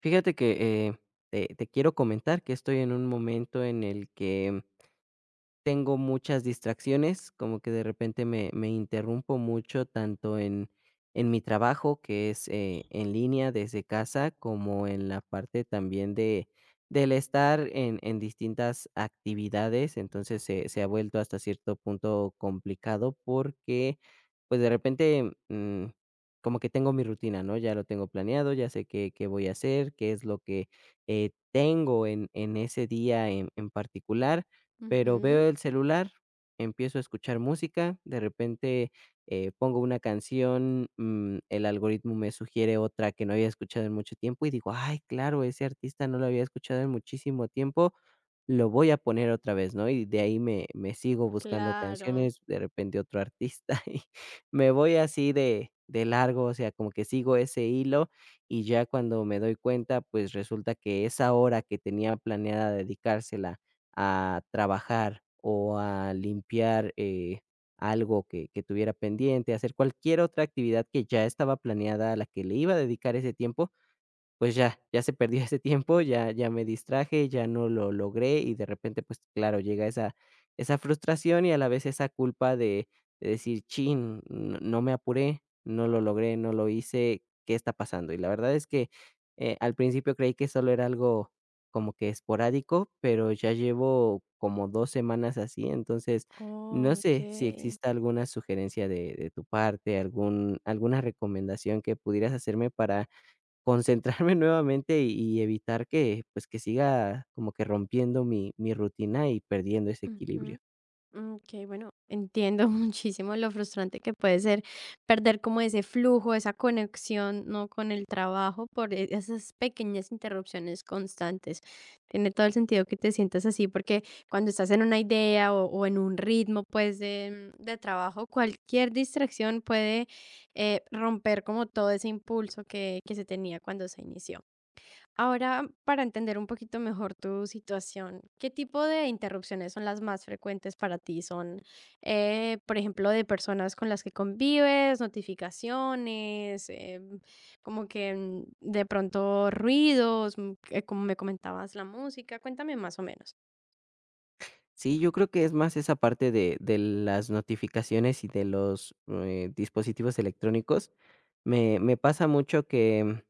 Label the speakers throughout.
Speaker 1: Fíjate que te quiero comentar que estoy en un momento en el que tengo muchas distracciones, como que de repente me interrumpo mucho, tanto en mi trabajo, que es, en línea desde casa, como en la parte también de del estar en distintas actividades. Entonces, se ha vuelto hasta cierto punto complicado porque, pues, de repente, como que tengo mi rutina, ¿no? Ya lo tengo planeado, ya sé qué voy a hacer, qué es lo que, tengo en ese día en particular. Pero
Speaker 2: Ujú,
Speaker 1: veo el celular, empiezo a escuchar música, de repente, pongo una canción, el algoritmo me sugiere otra que no había escuchado en mucho tiempo y digo: "Ay, claro, ese artista no lo había escuchado en muchísimo tiempo, lo voy a poner otra vez", ¿no? Y de ahí me sigo buscando
Speaker 2: claro.
Speaker 1: canciones, de repente otro artista y me voy así de largo, o sea, como que sigo ese hilo y ya cuando me doy cuenta, pues, resulta que esa hora que tenía planeada dedicársela a trabajar o a limpiar algo que tuviera pendiente, hacer cualquier otra actividad que ya estaba planeada a la que le iba a dedicar ese tiempo, pues ya se perdió ese tiempo, ya me distraje, ya no lo logré y de repente, pues claro, llega esa frustración y a la vez esa culpa de decir: "Chin, no me apuré, no lo logré, no lo hice, ¿qué está pasando?". Y la verdad es que, al principio creí que solo era algo como que esporádico, pero ya llevo como 2 semanas así, entonces, no sé si
Speaker 2: Okey.
Speaker 1: exista alguna sugerencia de tu parte, algún alguna recomendación que pudieras hacerme para concentrarme nuevamente y evitar que, pues, que siga como que rompiendo mi rutina y perdiendo ese equilibrio.
Speaker 2: Ujú. Okey, bueno, entiendo muchísimo lo frustrante que puede ser perder como ese flujo, esa conexión, ¿no?, con el trabajo por esas pequeñas interrupciones constantes. Tiene todo el sentido que te sientas así, porque cuando estás en una idea o en un ritmo, pues, de trabajo, cualquier distracción puede, romper como todo ese impulso que se tenía cuando se inició. Ahora, para entender un poquito mejor tu situación, ¿qué tipo de interrupciones son las más frecuentes para ti? ¿Son, por ejemplo, de personas con las que convives, notificaciones, como que de pronto ruidos, que como me comentabas, la música? Cuéntame más o menos.
Speaker 1: Sí, yo creo que es más esa parte de las notificaciones y de los, dispositivos electrónicos. Me pasa mucho que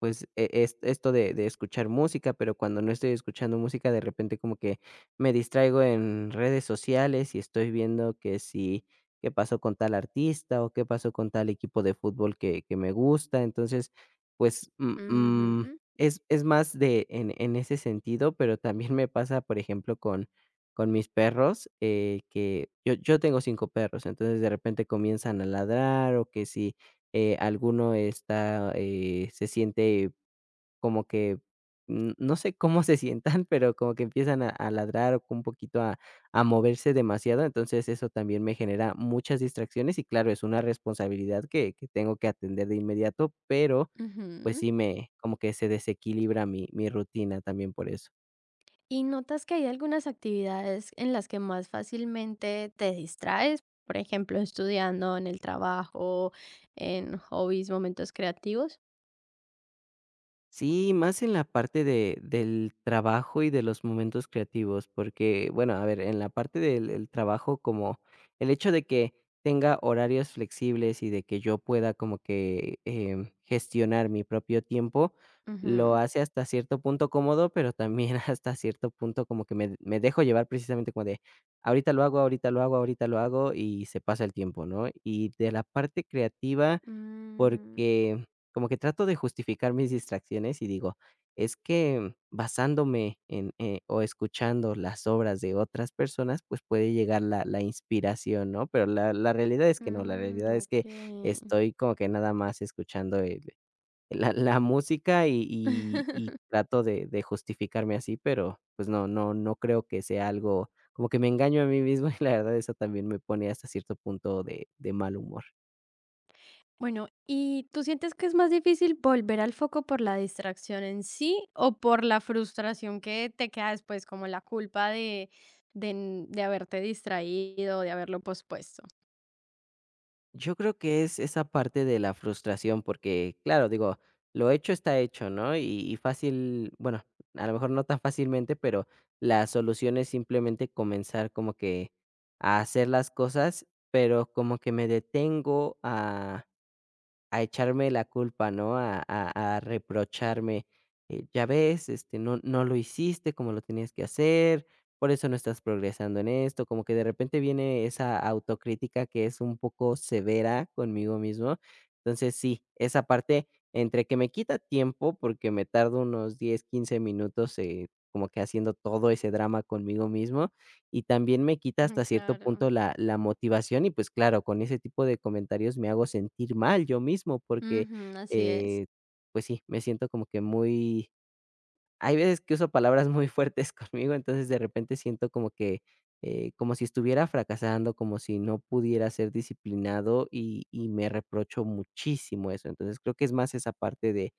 Speaker 1: pues, es esto de escuchar música, pero cuando no estoy escuchando música, de repente como que me distraigo en redes sociales y estoy viendo que si qué pasó con tal artista o qué pasó con tal equipo de fútbol que me gusta. Entonces, pues, mm,
Speaker 2: Ujú.
Speaker 1: es más de en ese sentido, pero también me pasa, por ejemplo, con mis perros, que yo tengo 5 perros, entonces de repente comienzan a ladrar o que si alguno está, se siente como que, no sé cómo se sientan, pero como que empiezan a ladrar o un poquito a moverse demasiado, entonces eso también me genera muchas distracciones y claro, es una responsabilidad que tengo que atender de inmediato, pero pues
Speaker 2: Ujú.
Speaker 1: sí me, como que se desequilibra mi rutina también por eso.
Speaker 2: ¿Y notas que hay algunas actividades en las que más fácilmente te distraes? Por ejemplo, estudiando, en el trabajo, en hobbies, momentos creativos.
Speaker 1: Sí, más en la parte de del trabajo y de los momentos creativos, porque, bueno, a ver, en la parte del el trabajo, como el hecho de que tenga horarios flexibles y de que yo pueda como que, gestionar mi propio tiempo, lo
Speaker 2: Ujú.
Speaker 1: hace hasta cierto punto cómodo, pero también hasta cierto punto como que me dejo llevar precisamente como de, ahorita lo hago, ahorita lo hago, ahorita lo hago, y se pasa el tiempo, ¿no? Y de la parte creativa
Speaker 2: Mm,
Speaker 1: porque como que trato de justificar mis distracciones y digo, es que basándome en, o escuchando las obras de otras personas, pues puede llegar la inspiración, ¿no? Pero la realidad es que no, la
Speaker 2: mm,
Speaker 1: realidad es
Speaker 2: ok.
Speaker 1: que estoy como que nada más escuchando la música y trato de justificarme así, pero pues no creo que sea algo como que me engaño a mí mismo y la verdad eso también me pone hasta cierto punto de mal humor.
Speaker 2: Bueno, ¿y tú sientes que es más difícil volver al foco por la distracción en sí o por la frustración que te queda después, como la culpa de haberte distraído, de haberlo pospuesto?
Speaker 1: Yo creo que es esa parte de la frustración, porque, claro, digo, lo hecho está hecho, ¿no? Y fácil, bueno, a lo mejor no tan fácilmente, pero la solución es simplemente comenzar como que a hacer las cosas, pero como que me detengo a echarme la culpa, ¿no? A reprocharme, ya ves, este, no lo hiciste como lo tenías que hacer, por eso no estás progresando en esto, como que de repente viene esa autocrítica que es un poco severa conmigo mismo. Entonces, sí, esa parte entre que me quita tiempo, porque me tardo unos 10 15 minutos, como que haciendo todo ese drama conmigo mismo, y también me quita
Speaker 2: Ujú,
Speaker 1: hasta cierto
Speaker 2: claro,
Speaker 1: punto la motivación y, pues, claro, con ese tipo de comentarios me hago sentir mal yo mismo porque,
Speaker 2: ujú, así es.
Speaker 1: eh, pues sí, me siento como que muy hay veces que uso palabras muy fuertes conmigo, entonces de repente siento como que, como si estuviera fracasando, como si no pudiera ser disciplinado y me reprocho muchísimo eso. Entonces, creo que es más esa parte de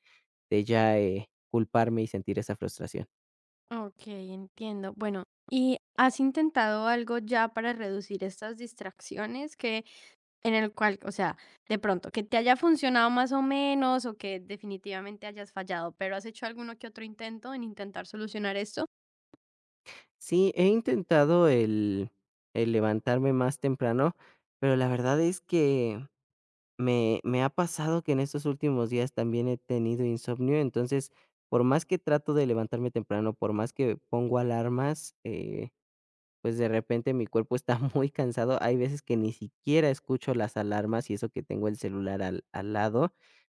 Speaker 1: de ya, culparme y sentir esa frustración.
Speaker 2: Ok, entiendo. Bueno, ¿y has intentado algo ya para reducir estas distracciones que en el cual, o sea, de pronto, que te haya funcionado más o menos o que definitivamente hayas fallado, pero has hecho alguno que otro intento en intentar solucionar esto?
Speaker 1: Sí, he intentado el levantarme más temprano, pero la verdad es que me ha pasado que en estos últimos días también he tenido insomnio, entonces, por más que trato de levantarme temprano, por más que pongo alarmas, pues, de repente mi cuerpo está muy cansado. Hay veces que ni siquiera escucho las alarmas y eso que tengo el celular al lado.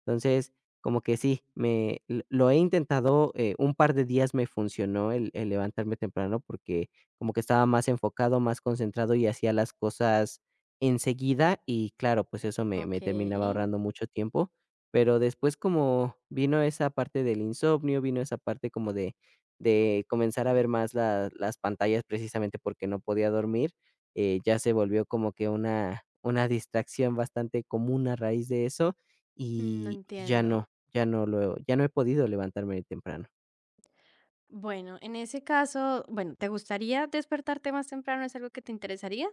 Speaker 1: Entonces, como que sí, me l lo he intentado, un par de días me funcionó el levantarme temprano porque como que estaba más enfocado, más concentrado y hacía las cosas enseguida y claro, pues eso me
Speaker 2: Ok,
Speaker 1: terminaba ahorrando mucho tiempo. Pero después como vino esa parte del insomnio, vino esa parte como de comenzar a ver más la las pantallas precisamente porque no podía dormir, ya se volvió como que una distracción bastante común a raíz de eso, y ya
Speaker 2: entiendo.
Speaker 1: no ya no lo ya no he podido levantarme temprano.
Speaker 2: Bueno, en ese caso, bueno, ¿te gustaría despertarte más temprano? ¿Es algo que te interesaría?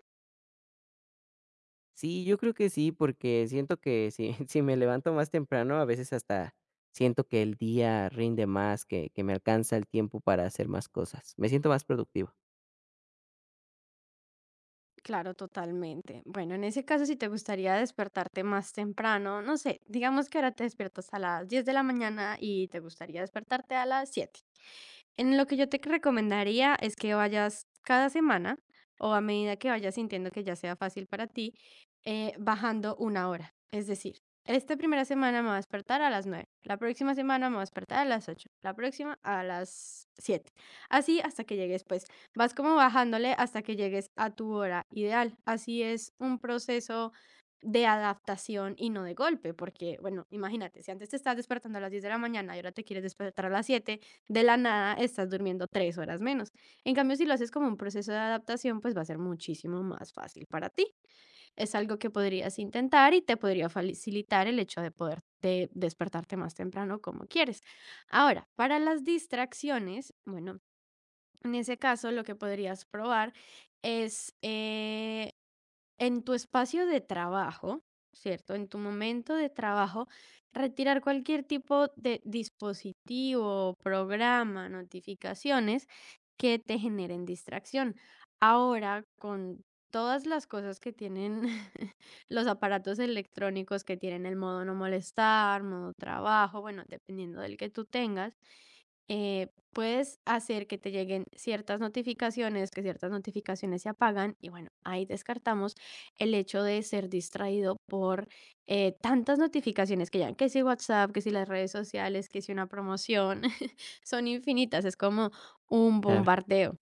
Speaker 1: Sí, yo creo que sí, porque siento que si si me levanto más temprano, a veces hasta siento que el día rinde más, que me alcanza el tiempo para hacer más cosas. Me siento más productivo.
Speaker 2: Claro, totalmente. Bueno, en ese caso, si te gustaría despertarte más temprano, no sé, digamos que ahora te despiertas a las 10 de la mañana y te gustaría despertarte a las 7. En lo que yo te recomendaría es que vayas cada semana o a medida que vayas sintiendo que ya sea fácil para ti, bajando una hora. Es decir, esta primera semana me voy a despertar a las 9, la próxima semana me voy a despertar a las 8, la próxima a las 7. Así hasta que llegues, pues vas como bajándole hasta que llegues a tu hora ideal. Así es un proceso de adaptación y no de golpe, porque, bueno, imagínate, si antes te estás despertando a las 10 de la mañana y ahora te quieres despertar a las 7 de la nada estás durmiendo 3 horas menos. En cambio, si lo haces como un proceso de adaptación, pues va a ser muchísimo más fácil para ti. Es algo que podrías intentar y te podría facilitar el hecho de poder de despertarte más temprano como quieres. Ahora, para las distracciones, bueno, en ese caso lo que podrías probar es, en tu espacio de trabajo, ¿cierto? En tu momento de trabajo, retirar cualquier tipo de dispositivo, programa, notificaciones que te generen distracción. Ahora, con todas las cosas que tienen los aparatos electrónicos, que tienen el modo no molestar, modo trabajo, bueno, dependiendo del que tú tengas, puedes hacer que te lleguen ciertas notificaciones, que ciertas notificaciones se apagan y bueno, ahí descartamos el hecho de ser distraído por tantas notificaciones que ya, que si WhatsApp, que si las redes sociales, que si una promoción, son infinitas, es como un
Speaker 1: Claro,
Speaker 2: bombardeo.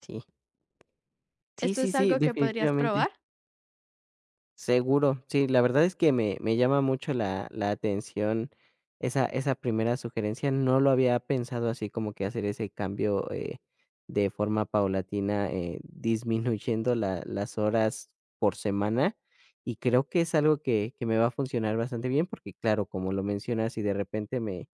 Speaker 1: sí. Sí,
Speaker 2: ¿Esto
Speaker 1: sí,
Speaker 2: es
Speaker 1: sí,
Speaker 2: algo que podrías
Speaker 1: definitivamente.
Speaker 2: probar?
Speaker 1: Seguro, sí, la verdad es que me llama mucho la atención esa primera sugerencia, no lo había pensado así como que hacer ese cambio, de forma paulatina, disminuyendo la las horas por semana, y creo que es algo que me va a funcionar bastante bien, porque claro, como lo mencionas, si de repente me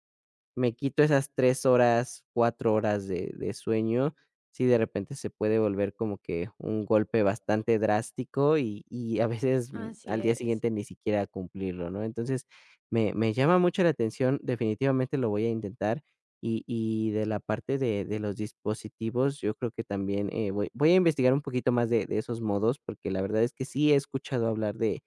Speaker 1: me quito esas 3 horas, 4 horas de sueño. Sí, de repente se puede volver como que un golpe bastante drástico y a veces,
Speaker 2: Así
Speaker 1: al día
Speaker 2: es.
Speaker 1: siguiente ni siquiera cumplirlo, ¿no? Entonces, me llama mucho la atención, definitivamente lo voy a intentar. Y de la parte de los dispositivos, yo creo que también, voy a investigar un poquito más de esos modos, porque la verdad es que sí he escuchado hablar de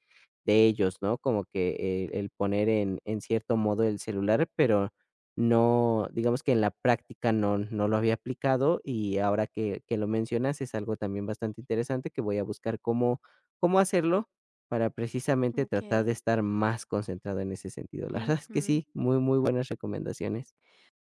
Speaker 1: de ellos, ¿no? Como que el poner en cierto modo el celular, pero no, digamos que en la práctica no lo había aplicado y ahora que lo mencionas es algo también bastante interesante que voy a buscar cómo hacerlo para precisamente tratar de
Speaker 2: Ok.
Speaker 1: estar más concentrado en ese sentido. La verdad es que
Speaker 2: Ujú.
Speaker 1: sí, muy, muy buenas recomendaciones.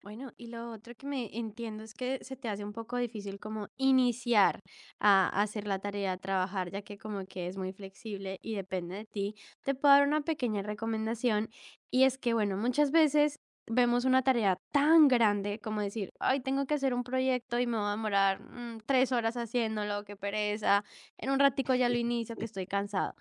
Speaker 2: Bueno, y lo otro que me entiendo es que se te hace un poco difícil como iniciar a hacer la tarea, a trabajar, ya que como que es muy flexible y depende de ti. Te puedo dar una pequeña recomendación y es que, bueno, muchas veces vemos una tarea tan grande como decir, ay, tengo que hacer un proyecto y me voy a demorar 3 horas haciéndolo, qué pereza, en un ratico ya lo inicio, que estoy cansado.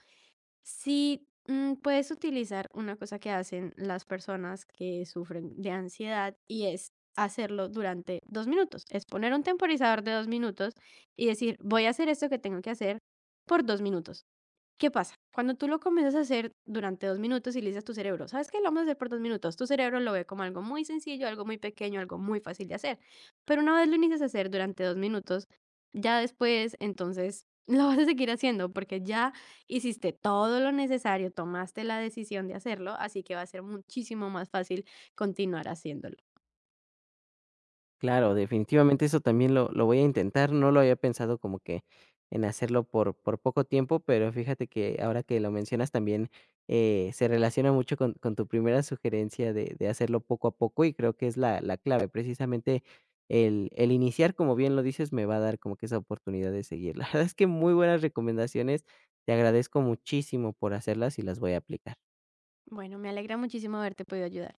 Speaker 2: Sí, puedes utilizar una cosa que hacen las personas que sufren de ansiedad y es hacerlo durante 2 minutos. Es poner un temporizador de 2 minutos y decir, voy a hacer esto que tengo que hacer por 2 minutos. ¿Qué pasa? Cuando tú lo comienzas a hacer durante 2 minutos y le dices a tu cerebro, ¿sabes qué? Lo vamos a hacer por 2 minutos. Tu cerebro lo ve como algo muy sencillo, algo muy pequeño, algo muy fácil de hacer. Pero una vez lo inicias a hacer durante 2 minutos, ya después, entonces, lo vas a seguir haciendo porque ya hiciste todo lo necesario, tomaste la decisión de hacerlo, así que va a ser muchísimo más fácil continuar haciéndolo.
Speaker 1: Claro, definitivamente eso también lo voy a intentar, no lo había pensado como que en hacerlo por poco tiempo, pero fíjate que ahora que lo mencionas también, se relaciona mucho con tu primera sugerencia de hacerlo poco a poco y creo que es la clave. Precisamente el iniciar, como bien lo dices, me va a dar como que esa oportunidad de seguir. La verdad es que muy buenas recomendaciones, te agradezco muchísimo por hacerlas y las voy a aplicar.
Speaker 2: Bueno, me alegra muchísimo haberte podido ayudar.